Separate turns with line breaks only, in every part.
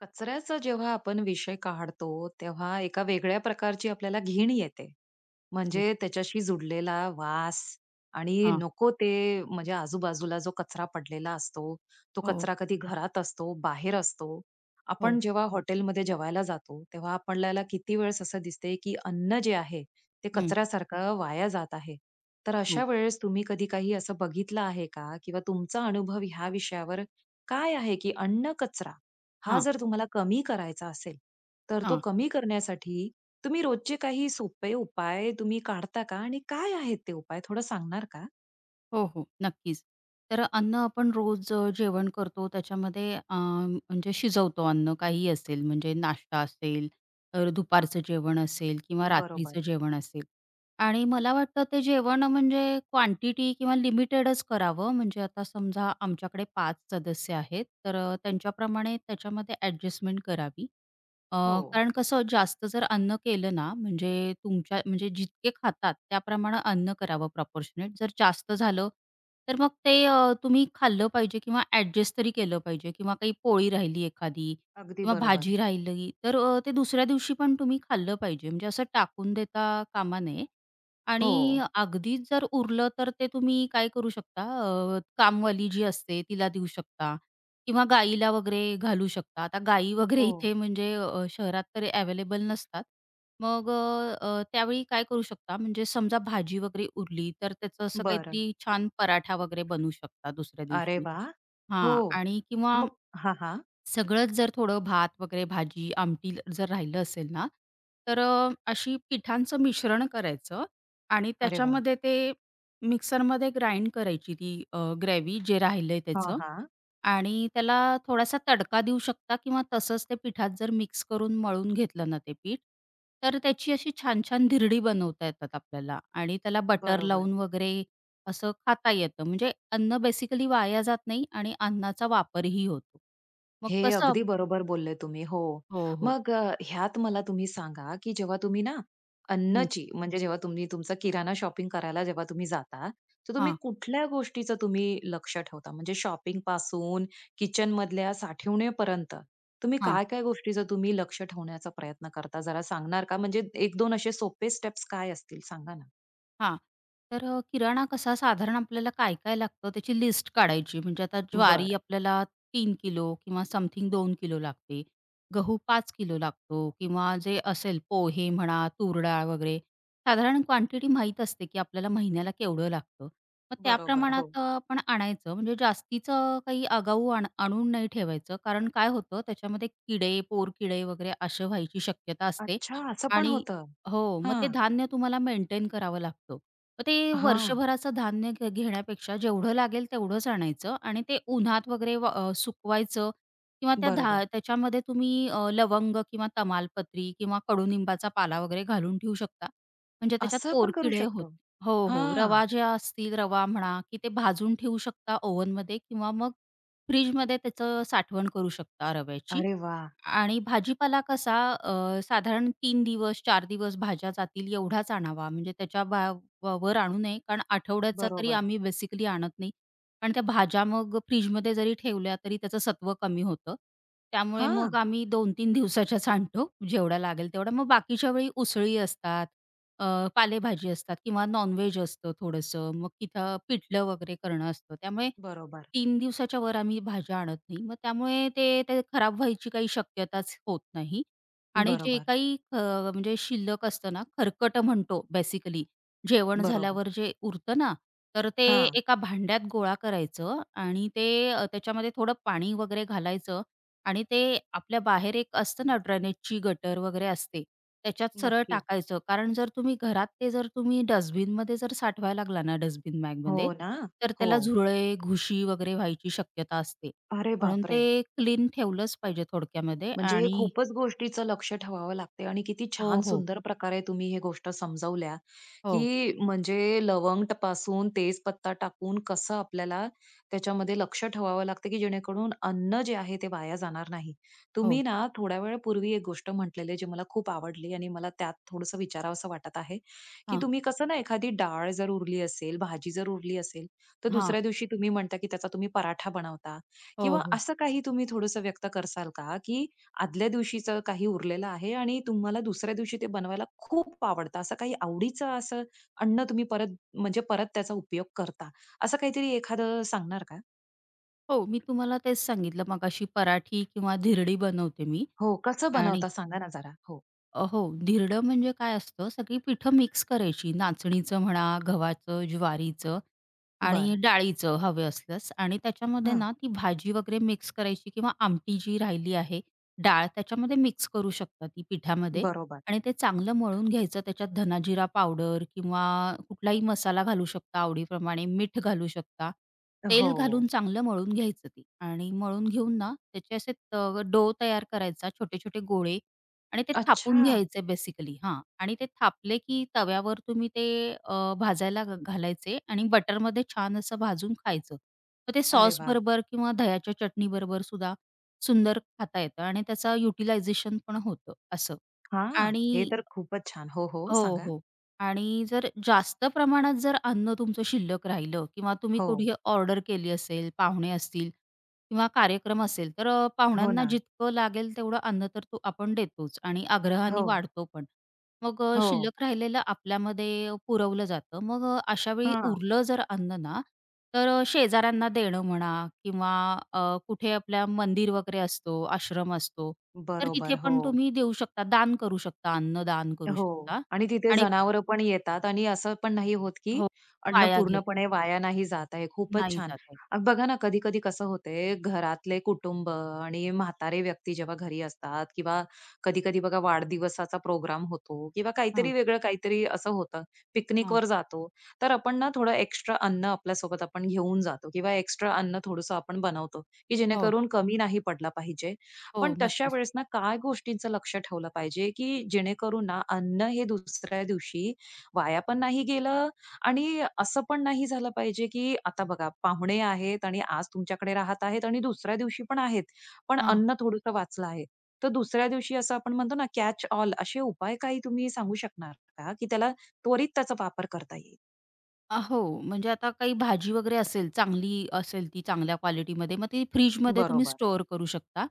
कचऱ्याचा जेव्हा आपण विषय काढतो, तेव्हा एका वेगळ्या प्रकारची आपल्याला घीण येते.
हो.
म्हणजे त्याच्याशी जुडलेला वास आणि
हां.
नको ते म्हणजे आजूबाजूला जो कचरा पडलेला असतो, तो
हो,
कचरा कधी घरात असतो, बाहेर असतो. आपण
हो.
जेव्हा हॉटेलमध्ये जेवायला जातो, तेव्हा आपल्याला किती वेळेस असं दिसते, की अन्न जे आहे, ते
हं.
कचऱ्यासारखं वाया जात आहे. तर
हो.
अशा वेळेस तुम्ही कधी काही असं बघितलं आहे का? किंवा तुमचा अनुभव ह्या विषयावर काय आहे, की अन्न कचरा हा
हां,
जर तुम्हाला कमी करायचा असेल, तर तो
हां.
कमी करण्यासाठी तुम्ही रोजचे काही सोपे उपाय तुम्ही काढता का? आणि काय आहेत ते उपाय थोडं सांगणार का?
हो, हो. नक्कीच. तर अन्न आपण रोज जेवण करतो त्याच्यामध्ये म्हणजे शिजवतो अन्न काहीही असेल म्हणजे नाश्ता असेल, तर दुपारचं जेवण असेल किंवा
बरोबर.
रात्रीचं जेवण असेल. आणि मला वाटतं ते जेवण म्हणजे क्वांटिटी किंवा लिमिटेडच करावं म्हणजे आता समजा आमच्याकडे 5 सदस्य आहेत तर त्यांच्याप्रमाणे त्याच्यामध्ये ॲडजस्टमेंट करावी. अ,
हो,
कारण कसं जास्त जर अन्न केलं ना, म्हणजे तुमच्या म्हणजे जितके खातात त्याप्रमाणे अन्न करावं प्रपोर्शनेट. जर जास्त झालं, तर मग ते तुम्ही खाल्लं पाहिजे किंवा ॲडजस्ट तरी केलं पाहिजे किंवा काही पोळी राहिली एखादी
अगदी
किंवा
बरोबर.
भाजी राहिली, तर ते दुसऱ्या दिवशी पण तुम्ही खाल्लं पाहिजे. म्हणजे असं टाकून देता कामा नये
हो,
आणि अगदीच जर उरलं, तर ते तुम्ही काय करू शकता, कामवाली जी असते तिला देऊ शकता किंवा गाईला वगैरे घालू शकता. आता गाई वगैरे
हो.
इथे म्हणजे शहरात तर अवेलेबल नसतात. मग अ, अ, त्यावेळी काय करू शकता म्हणजे समजा भाजी वगैरे उरली, तर त्याचं असं
बरं.
काहीतरी छान पराठा वगैरे बनवू शकता दुसऱ्या
अरे
दिवशी.
वाह! हो.
हां आणि किंवा
मग हां, हां.
सगळंच जर थोडं भात वगैरे भाजी, आमटी जर राहिलं असेल ना, तर अशी पिठांचं मिश्रण करायचं आणि
अरे वाह!
त्याच्यामध्ये ते मिक्सरमध्ये ग्राइंड करायची ती ग्रेव्ही जे राहिलंय
हां,
त्याचं
हां.
आणि त्याला थोडासा तडका देऊ शकता किंवा तसंच ते पिठात जर मिक्स करून मळून घेतलं ना ते पीठ, तर त्याची अशी छान-छान धिरडी बनवता येतात आपल्याला आणि त्याला बटर
बरोबर.
लावून वगैरे असं खाता येतं. म्हणजे अन्न बेसिकली वाया जात नाही आणि अन्नाचा वापरही होतो. मग
हे
कसं
अगदी बरोबर बोलले तुम्ही. हो.
हो, हो.
मग ह्यात मला तुम्ही सांगा, की जेव्हा तुम्ही ना
हं.
अन्नची म्हणजे जेव्हा तुम्ही तुमचा किराणा शॉपिंग करायला जेव्हा तुम्ही जाता, तर तुम्ही
हां,
कुठल्या गोष्टीचं तुम्ही लक्ष ठेवता? म्हणजे शॉपिंगपासून किचनमधल्या साठवणेपर्यंत तुम्ही
हां,
काय-काय गोष्टीचं तुम्ही लक्ष ठेवण्याचा प्रयत्न करता? जरा सांगणार का? म्हणजे एक 2 असे सोपे स्टेप्स काय असतील सांगा ना?
हां. तर किराणा कसा साधारण आपल्याला काय-काय लागतं त्याची लिस्ट काढायची. म्हणजे आता ज्वारी
बरं.
आपल्याला 3 किलो किंवा समथिंग 2 किलो लागते. गहू 5 किलो लागतो किंवा जे असेल पोहे म्हणा, तूर डाळ वगैरे साधारण क्वांटिटी माहीत असते, की आपल्याला महिन्याला केवढं लागतं. मग त्या
बरोबर. हो.
प्रमाणात आपण आणायचं. म्हणजे जास्तीचं काही आगाऊ आणून नाही ठेवायचं. कारण काय होतं त्याच्यामध्ये किडे, पोरकिडे वगैरे असे व्हायची शक्यता असते
अच्छा असं पण
आणि
होतं.
हो, मग ते
हां.
धान्य तुम्हाला मेंटेन करावं लागतं. मग ते
हां.
वर्षभराचं धान्य घेण्यापेक्षा जेवढं लागेल तेवढंच आणायचं आणि ते उन्हात वगैरे सुकवायचं किंवा
बरोबर.
त्याच्यामध्ये तुम्ही लवंग किंवा तमालपत्री किंवा कडुनिंबाचा पाला वगैरे घालून ठेवू शकता. म्हणजे त्याच्यात
असं आपण करू
पोरकिडे होत
शकतो.
हो, हो.
हां.
रवा ज्या असतील, रवा म्हणा, की ते भाजून ठेवू शकता ओव्हनमध्ये किंवा मग फ्रिजमध्ये त्याचं साठवण करू शकता रव्याची.
अरे वा,
आणि भाजीपाला कसा साधारण 3 दिवस, चार दिवस भाज्या जातील एवढाच आणावा. म्हणजे त्याच्या बा व वर आणू नये. कारण आठवड्याचा तरी
बरोबर.
आम्ही बेसिकली आणत नाही. कारण त्या भाज्या मग फ्रिजमध्ये जरी ठेवल्या तरी त्याचं सत्व कमी होतं. त्यामुळे
हां.
मग आम्ही 2-3 दिवसाच्याच आणतो जेवढ्या लागेल तेवढ्या. मग बाकीच्या वेळी उसळी असतात, पालेभाजी असतात किंवा नॉन असतं थोडंसं. मग तिथं पिठलं वगैरे करणं असतं. त्यामुळे
बरोबर,
तीन दिवसाच्या वर आम्ही भाज्या आणत नाही. मग त्यामुळे ते ते खराब व्हायची काही शक्यताच होत नाही. आणि जे
बरोबर,
काही म्हणजे शिल्लक असतं ना, खरकटं म्हणतो बेसिकली. जेवण
बरोबर.
झाल्यावर जे उरतं ना, तर ते
हां.
एका भांड्यात गोळा करायचं आणि ते त्याच्यामध्ये थोडं पाणी वगैरे घालायचं आणि ते आपल्या बाहेर एक असतं ना ड्रेनेजची गटर वगैरे असते, त्याच्यात सरळ
नक्की.
टाकायचं. कारण जर तुम्ही डस्टबिनमध्ये जर साठवायला लागला ना डस्टबिन
हो
बॅगमध्ये,
ना.
तर
हो.
त्याला झुरळे, घुशी वगैरे व्हायची शक्यता असते.
अरे
म्हणून ते
बापरे!
क्लीन ठेवलंच पाहिजे थोडक्यामध्ये
म्हणजे हे
आणि
खूपच गोष्टीचं लक्ष ठेवावं लागते आणि किती
हो,
छान
हो.
सुंदर प्रकारे तुम्ही हे गोष्ट समजावल्या,
हो,
की म्हणजे लवंग पासून तेजपत्ता टाकून कसं आपल्याला त्याच्यामध्ये लक्ष ठेवावं लागतं, की जेणेकरून अन्न जे आहे ते वाया जाणार नाही.
हो.
तुम्ही ना थोड्या वेळापूर्वी एक गोष्ट म्हटलेली जी मला खूप आवडली आणि मला त्यात थोडंसं विचारावसं वाटत आहे, की
हां,
तुम्ही कसं ना एखादी डाळ जर उरली असेल, भाजी जर उरली असेल, तर
हां.
दुसऱ्या दिवशी तुम्ही म्हणता, की त्याचा तुम्ही पराठा बनवता
हो,
किंवा
हो.
असं काही तुम्ही थोडंसं व्यक्त कराल का, की आदल्या दिवशीचं काही उरलेलं आहे आणि तुम्हाला दुसऱ्या दिवशी ते बनवायला खूप आवडतं. असं काही आवडीचं असं अन्न तुम्ही परत म्हणजे परत त्याचा उपयोग करता. असं काहीतरी एखादं सांगणार का?
हो, मी तुम्हाला तेच सांगितलं मगाशी पराठी किंवा धिरडी बनवते मी
हो, कसं
आणि
बनवता सांगा ना जरा? हो.
हो, धिरडं म्हणजे काय असतं, सगळी पिठं मिक्स करायची. नाचणीचं म्हणा, गव्हाचं, ज्वारीचं आणि
बरं.
डाळीचं हवे असल्यास आणि त्याच्यामध्ये
हां.
ना ती भाजी वगैरे मिक्स करायची किंवा आमटी जी राहिली आहे, डाळ त्याच्यामध्ये मिक्स करू शकता ती पिठामध्ये
बरोबर.
आणि ते चांगलं मळून घ्यायचं. त्याच्यात धनाजिरा पावडर किंवा कुठलाही मसाला घालू शकता आवडीप्रमाणे, मीठ घालू शकता.
हो.
तेल घालून चांगलं मळून घ्यायचं ते आणि मळून घेऊन ना त्याचे असे डो तयार करायचा छोटे-छोटे गोळे आणि ते थापून
अच्छा.
घ्यायचे बेसिकली हां. आणि ते थापले की तव्यावर तुम्ही ते भाजायला घालायचे आणि बटरमध्ये छान असं भाजून खायचं. मग ते
अरे वाह!
सॉसबरोबर किंवा दह्याच्या चटणीबरोबर सुद्धा सुंदर खाता येतं आणि त्याचा युटिलायझेशन पण होतं असं.
हां. हे
आणि
तर खूपच छान. हो, हो.
हो,
सांगा.
हो. आणि जर जास्त प्रमाणात अन्न तुमचं शिल्लक राहिलं किंवा तुम्ही
हो.
कुठे ऑर्डर केली असेल, पाहुणे असतील किंवा कार्यक्रम असेल, तर
हो
पाहुण्यांना
ना.
जितकं लागेल तेवढं अन्न तर तो आपण देतोच आणि आग्रहाने
हो.
वाढतो पण. मग
हो.
शिल्लक राहिलेलं आपल्यामध्ये पुरवलं जातं. मग अशा वेळी
हां.
उरलं जर अन्न ना, तर शेजाऱ्यांना देणं म्हणा किंवा अ, कुठे आपल्या मंदिर वगैरे असतो, आश्रम असतो, तर तिथे
बरोबर. हो.
पण तुम्ही देऊ शकता, दान करू शकता, अन्न दान करू
हो.
शकता.
आणि तिथे
आणि
जनावरं पण येतात आणि असं पण नाही होत, की
हो,
अन्न
वाया गेलं.
पूर्णपणे वाया नाही जात आहे. खूपच
नाही
छान.
जात आहे.
बघा ना, कधी-कधी कसं होते, घरातले कुटुंब आणि म्हातारे व्यक्ती जेव्हा घरी असतात किंवा कधी-कधी बघा वाढदिवसाचा प्रोग्राम होतो किंवा
हां,
काहीतरी वेगळं काहीतरी असं होतं,
हां.
पिकनिकवर जातो. तर आपण ना थोडं एक्स्ट्रा अन्न आपल्यासोबत आपण घेऊन जातो किंवा एक्स्ट्रा अन्न थोडंसं आपण बनवतो, की
हो,
जेणेकरून कमी नाही पडला पाहिजे.
हो,
पण तशा
नक्कीच.
वेळेस ना काय गोष्टींचं लक्ष ठेवलं पाहिजे, की जेणेकरून ना अन्न हे दुसऱ्या दिवशी वाया पण नाही गेलं आणि असं पण नाही झालं पाहिजे, की आता बघा पाहुणे आहेत आणि आज तुमच्याकडे राहत आहेत आणि दुसऱ्या दिवशी पण आहेत. पण
हां.
अन्न थोडंसं वाचलं आहे. तर दुसऱ्या दिवशी असं आपण म्हणतो ना कॅच ऑल असे उपाय काही तुम्ही सांगू शकणार का, की त्याला त्वरित त्याचा वापर करता येईल?
हो, म्हणजे आता काही भाजी वगैरे असेल, चांगली असेल ती चांगल्या क्वालिटीमध्ये, मग ती फ्रिजमध्ये तुम्ही
बरोबर.
स्टोअर करू शकता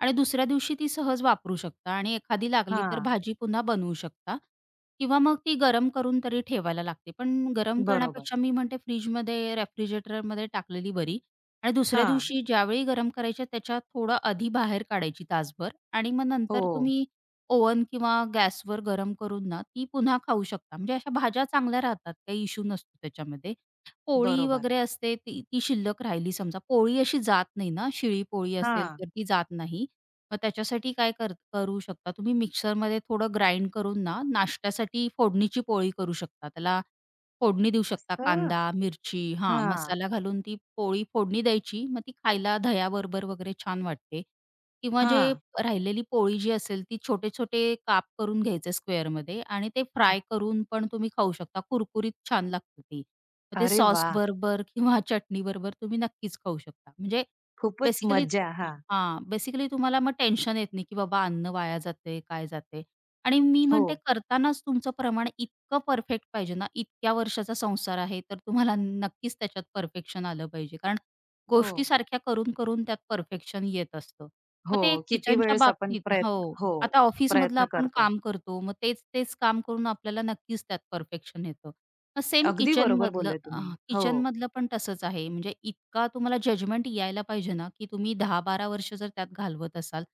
आणि दुसऱ्या दिवशी ती सहज वापरू शकता आणि एखादी लागली तर
हां.
भाजी पुन्हा बनवू शकता किंवा मग ती गरम करून तरी ठेवायला लागते. पण गरम
बरोबर.
करण्यापेक्षा मी म्हणते फ्रिजमध्ये, रेफ्रिजरेटरमध्ये टाकलेली बरी आणि दुसऱ्या
हां.
दिवशी ज्यावेळी गरम करायची त्याच्या थोडं आधी बाहेर काढायची तासभर आणि मग नंतर
हो.
तुम्ही ओव्हन किंवा गॅसवर गरम करून ना, ती पुन्हा खाऊ शकता. म्हणजे अशा भाज्या चांगल्या राहतात, काही इश्यू नसतो त्याच्यामध्ये. पोळी
बरोबर.
वगैरे असते ती ती शिल्लक राहिली समजा, पोळी अशी जात नाही ना, शिळी पोळी असेल
हां.
तर ती जात नाही. मग त्याच्यासाठी काय कर करू शकता तुम्ही मिक्सरमध्ये थोडं ग्राइंड करून ना, नाश्त्यासाठी फोडणीची पोळी करू शकता. त्याला फोडणी देऊ शकता
असं?
कांदा, मिरची हां,
हां.
मसाला घालून ती पोळी फोडणी द्यायची. मग ती खायला दह्याबरोबर वगैरे छान वाटते. किंवा
हां.
राहिलेली पोळी जी असेल ती छोटे-छोटे काप करून घ्यायचे स्क्वेअरमध्ये आणि ते फ्राय करून पण तुम्ही खाऊ शकता. कुरकुरीत छान लागते ती. मग ते
अरे वा,
सॉसबरोबर किंवा चटणीबरोबर तुम्ही नक्कीच खाऊ शकता. म्हणजे
खूपच
बेसिकली
मज्जा. हा,
बेसिकली तुम्हाला मग टेन्शन येत नाही, की बाबा अन्न वाया जातंय, काय जातंय आणि मी
हो.
म्हणते करतानाच तुमचं प्रमाण इतकं परफेक्ट पाहिजे ना, इतक्या वर्षाचा संसार आहे, तर तुम्हाला नक्कीच त्याच्यात परफेक्शन आलं पाहिजे. कारण
हो.
गोष्टी सारख्या करून-करून त्यात परफेक्शन येत असतं. मग
हो,
ते
किती
किचनच्या
वेळेस आपण
बाबतीत
प्रयत्न
हो.
हो,
आता ऑफिसमधलं
प्रयत्न
आपण
करतो.
काम करतो. मग तेच-तेच काम करून आपल्याला नक्कीच त्यात परफेक्शन येतं. मग सेम
अगदी बरोबर
किचनमधलं
बोलले
अ,
तुम्ही. हो,
किचनमधलं पण तसंच आहे. म्हणजे इतका तुम्हाला जजमेंट यायला पाहिजे ना, की तुम्ही दहा बारा वर्ष जर त्यात घालवत असाल,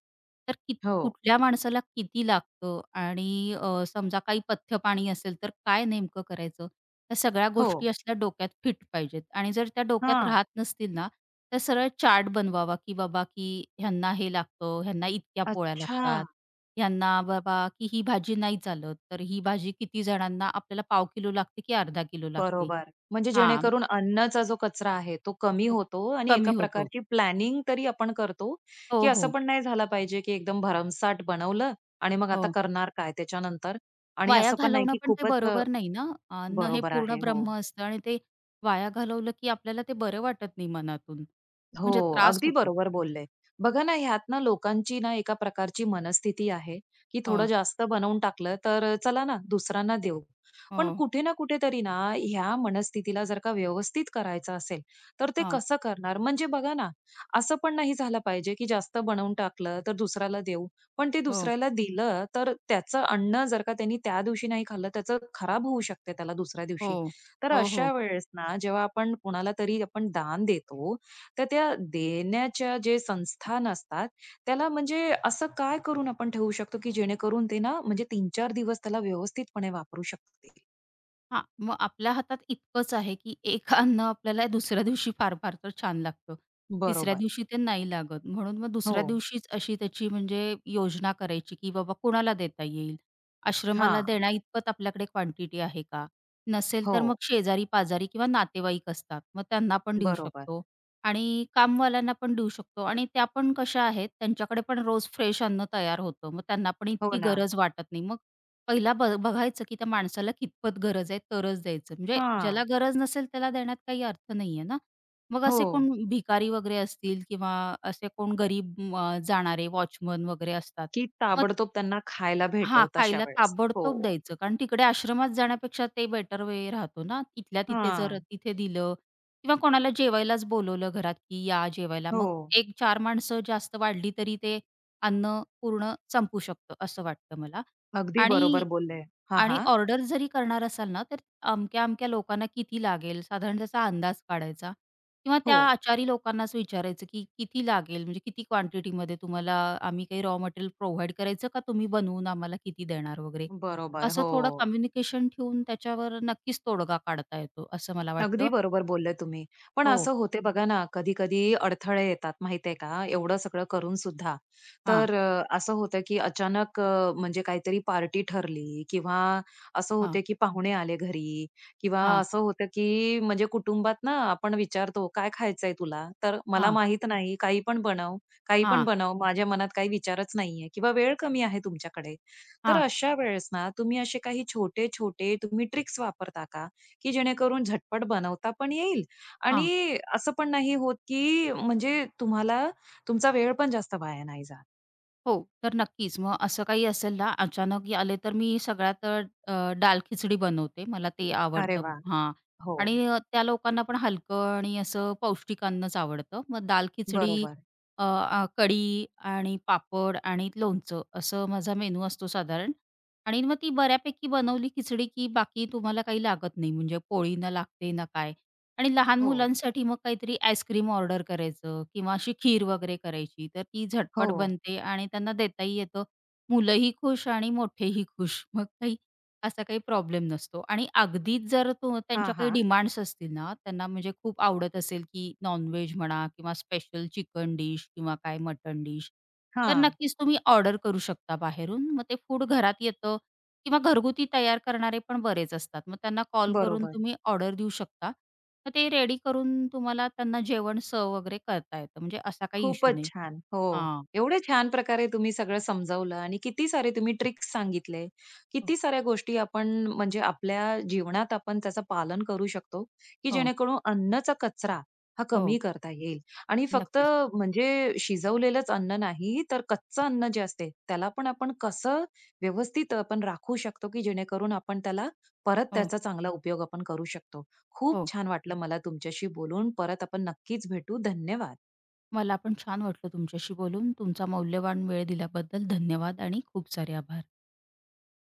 तर
हो,
कुठल्या माणसाला किती लागतं आणि समजा काही पथ्य पाणी असेल, तर काय नेमकं करायचं? या सगळ्या
हो.
गोष्टी असल्या डोक्यात फिट पाहिजेत आणि जर त्या
हा,
डोक्यात राहत नसतील ना, तर सरळ चार्ट बनवावा, की बाबा की ह्यांना हे लागतं, ह्यांना इतक्या पोळ्या
अच्छा.
लागतात. ह्यांना बाबा की ही भाजी नाही चालत, तर ही भाजी किती जणांना आपल्याला पाव किलो लागते की अर्धा किलो लागते.
बरोबर. म्हणजे
हां,
जेणेकरून अन्नाचा जो कचरा आहे तो कमी
तो
होतो आणि
कमी
एका
होतो.
प्रकारची प्लॅनिंग तरी आपण करतो, की
हो,
असं
हो,
पण नाही झालं पाहिजे, की एकदम भरमसाठ बनवलं आणि मग आता
हो.
करणार काय त्याच्यानंतर? आणि
वाया
असं पण नाही,
घालवणं
की
पण ते
खूपच
बरोबर नाही ना. अन्न हे
बरोबर
पूर्ण
आहे. हो.
ब्रह्म असतं आणि ते वाया घालवलं की आपल्याला ते बरं वाटत नाही मनातून.
हो,
म्हणजे त्रास
अगदी
होतो.
बरोबर बोलले. बघा ना, ह्यात ना लोकांची ना एका प्रकारची मनस्थिती आहे, की थोडं
हो,
जास्त बनवून टाकलं तर चला ना दुसऱ्यांना देऊ.
हो,
पण कुठे ना कुठेतरी ना ह्या मनस्थितीला जर का व्यवस्थित करायचं असेल, तर ते
हां,
कसं करणार? म्हणजे बघा ना, असं पण नाही झालं पाहिजे, की जास्त बनवून टाकलं तर दुसऱ्याला देऊ. पण ते
हो,
दुसऱ्याला दिलं तर त्याचं अन्न जर का त्यांनी त्या दिवशी नाही खाल्लं, त्याचं खराब होऊ शकते त्याला दुसऱ्या दिवशी.
हो,
तर
हो, हो.
अशा वेळेस ना जेव्हा आपण कुणाला तरी आपण दान देतो, तर त्या देण्याच्या जे संस्थान असतात, त्याला म्हणजे असं काय करून आपण ठेवू शकतो, की जेणेकरून ते ना म्हणजे 3-4 दिवस त्याला व्यवस्थितपणे वापरू शकतील.
हां, मग आपल्या हातात इतकंच आहे, की एक अन्न आपल्याला दुसऱ्या दिवशी फार-फार तर छान लागतं. तिसऱ्या
बरोबर.
दिवशी ते नाही लागत. म्हणून मग
हो.
दुसऱ्या दिवशीच अशी त्याची म्हणजे योजना करायची, की बाबा कोणाला देता येईल? आश्रमाला
हां.
देण्याइतपत आपल्याकडे क्वांटिटी आहे का? नसेल तर
हो.
मग शेजारी-पाजारी किंवा नातेवाईक असतात. मग त्यांना पण देऊ
बरोबर.
शकतो आणि कामवाल्यांना पण देऊ शकतो आणि त्या पण कशा आहेत, त्यांच्याकडे पण रोज फ्रेश अन्न तयार होतं. मग त्यांना पण
हो
इतकी
ना.
गरज वाटत नाही. मग पहिला बघायचं, की त्या माणसाला कितपत गरज आहे तरच द्यायचं. म्हणजे ज्याला
हां.
गरज नसेल त्याला देण्यात काही अर्थ नाहीये ना. मग
हो.
असे कोण भिकारी वगैरे असतील किंवा असे कोण गरीब जाणारे वॉचमन वगैरे असतात.
की
मग
ताबडतोब त्यांना खायला
हां,
भेटो तशा
खायला
वेळेस. हो.
ताबडतोब द्यायचं. कारण तिकडे आश्रमात जाण्यापेक्षा ते बेटर वे राहतो ना. तिथल्या तिथे जर
हां.
तिथे दिलं किंवा कोणाला जेवायलाच बोलवलं घरात, की या जेवायला. मग
हो.
1-4 माणसं जास्त वाढली तरी ते अन्न पूर्ण संपू शकतं असं वाटतं मला.
अगदी
आणि
बरोबर बोलले. हां,
आणि
हां.
ऑर्डर जरी करणार असाल ना, तर अमक्या-अमक्या लोकांना किती लागेल साधारण त्याचा अंदाज काढायचा किंवा त्या
हो.
आचारी लोकांनाच विचारायचं, की किती लागेल म्हणजे किती क्वांटिटीमध्ये तुम्हाला आम्ही काही रॉ मटेरियल प्रोव्हाईड करायचं का तुम्ही बनवून आम्हाला किती देणार वगैरे.
बरोबर.
असं
हो.
थोडं कम्युनिकेशन ठेवून त्याच्यावर नक्कीच तोडगा काढता येतो असं मला वाटतं.
अगदी बरोबर बोलले तुम्ही. पण
हो.
असं होते बघा ना, कधी-कधी अडथळे येतात माहितीये का, एवढं सगळं करून सुद्धा.
हां,
तर असं होतं की अचानक म्हणजे काहीतरी पार्टी ठरली किंवा असं
हां,
होते की पाहुणे आले घरी किंवा
हां,
असं होतं की म्हणजे कुटुंबात ना आपण विचारतो, "काय खायचंय तुला?" तर "मला
हां,
माहीत नाही, काही पण बनव, काही पण
हां,
बनव, माझ्या मनात काही विचारच नाहीये किंवा वेळ कमी आहे तुमच्याकडे." तर
हां,
अशा वेळेस ना तुम्ही असे काही छोटे-छोटे तुम्ही ट्रिक्स वापरता का? की जेणेकरून झटपट बनवता पण येईल
हां.
आणि असं पण नाही होत की म्हणजे तुम्हाला तुमचा वेळ पण जास्त वाया नाही जात.
हो, तर नक्कीच. मग असं काही असेल ना, अचानक आले तर मी सगळ्यात डाल खिचडी बनवते. मला ते
अरे
आवडतं
वाह!
हां.
हो.
आणि त्या लोकांना पण हलकं आणि असं पौष्टिक अन्नच आवडतं. मग डाळ-खिचडी,
बरोबर.
अ, अ, कढी आणि पापड आणि लोणचं असं माझा मेनू असतो साधारण. आणि मग ती बऱ्यापैकी बनवली खिचडी, की बाकी तुम्हाला काही लागत नाही. म्हणजे पोळी ना लागते ना काय. आणि लहान
हो.
मुलांसाठी मग काहीतरी आईस्क्रीम ऑर्डर करायचं किंवा अशी खीर वगैरे करायची. तर ती झटपट
हो.
बनते आणि त्यांना देताही येतं. मुलंही खुश आणि मोठेही खुश. मग असा काही प्रॉब्लेम नसतो. आणि अगदीच जर तो
हां,
त्यांच्या काही
हां.
डिमांड्स असतील ना, त्यांना म्हणजे खूप आवडत असेल, की नॉन म्हणा किंवा स्पेशल चिकन डिश किंवा काय मटण डिश, तर
हां.
नक्कीच तुम्ही ऑर्डर करू शकता बाहेरून. मग ते फूड घरात येतं किंवा घरगुती तयार करणारे पण बरेच असतात. मग त्यांना कॉल करून
बरोबर.
तुम्ही ऑर्डर देऊ शकता. मग ते रेडी करून तुम्हाला त्यांना जेवण सर्व वगैरे करता येतं. म्हणजे असा काही इश्यू
खूपच
नाही.
छान. हो.
हां.
एवढे छान प्रकारे तुम्ही सगळं समजावलं आणि किती सारे तुम्ही ट्रिक्स सांगितले.
हो.
किती साऱ्या गोष्टी आपण म्हणजे आपल्या जीवनात आपण त्याचं पालन करू शकतो, की
हो,
जेणेकरून अन्नचा कचरा हा कमी
हो.
करता येईल आणि फक्त
नक्कीच.
म्हणजे शिजवलेलंच अन्न नाही, तर कच्चं अन्न जे असते त्याला पण आपण कसं व्यवस्थित आपण राखू शकतो, की जेणेकरून आपण त्याला परत
हो,
त्याचा चांगला उपयोग आपण करू शकतो. खूप
हो.
छान वाटलं मला तुमच्याशी बोलून. परत आपण नक्कीच भेटू. धन्यवाद.
मला पण छान वाटलं तुमच्याशी बोलून. तुमचा मौल्यवान वेळ दिल्याबद्दल धन्यवाद आणि खूप सारे आभार.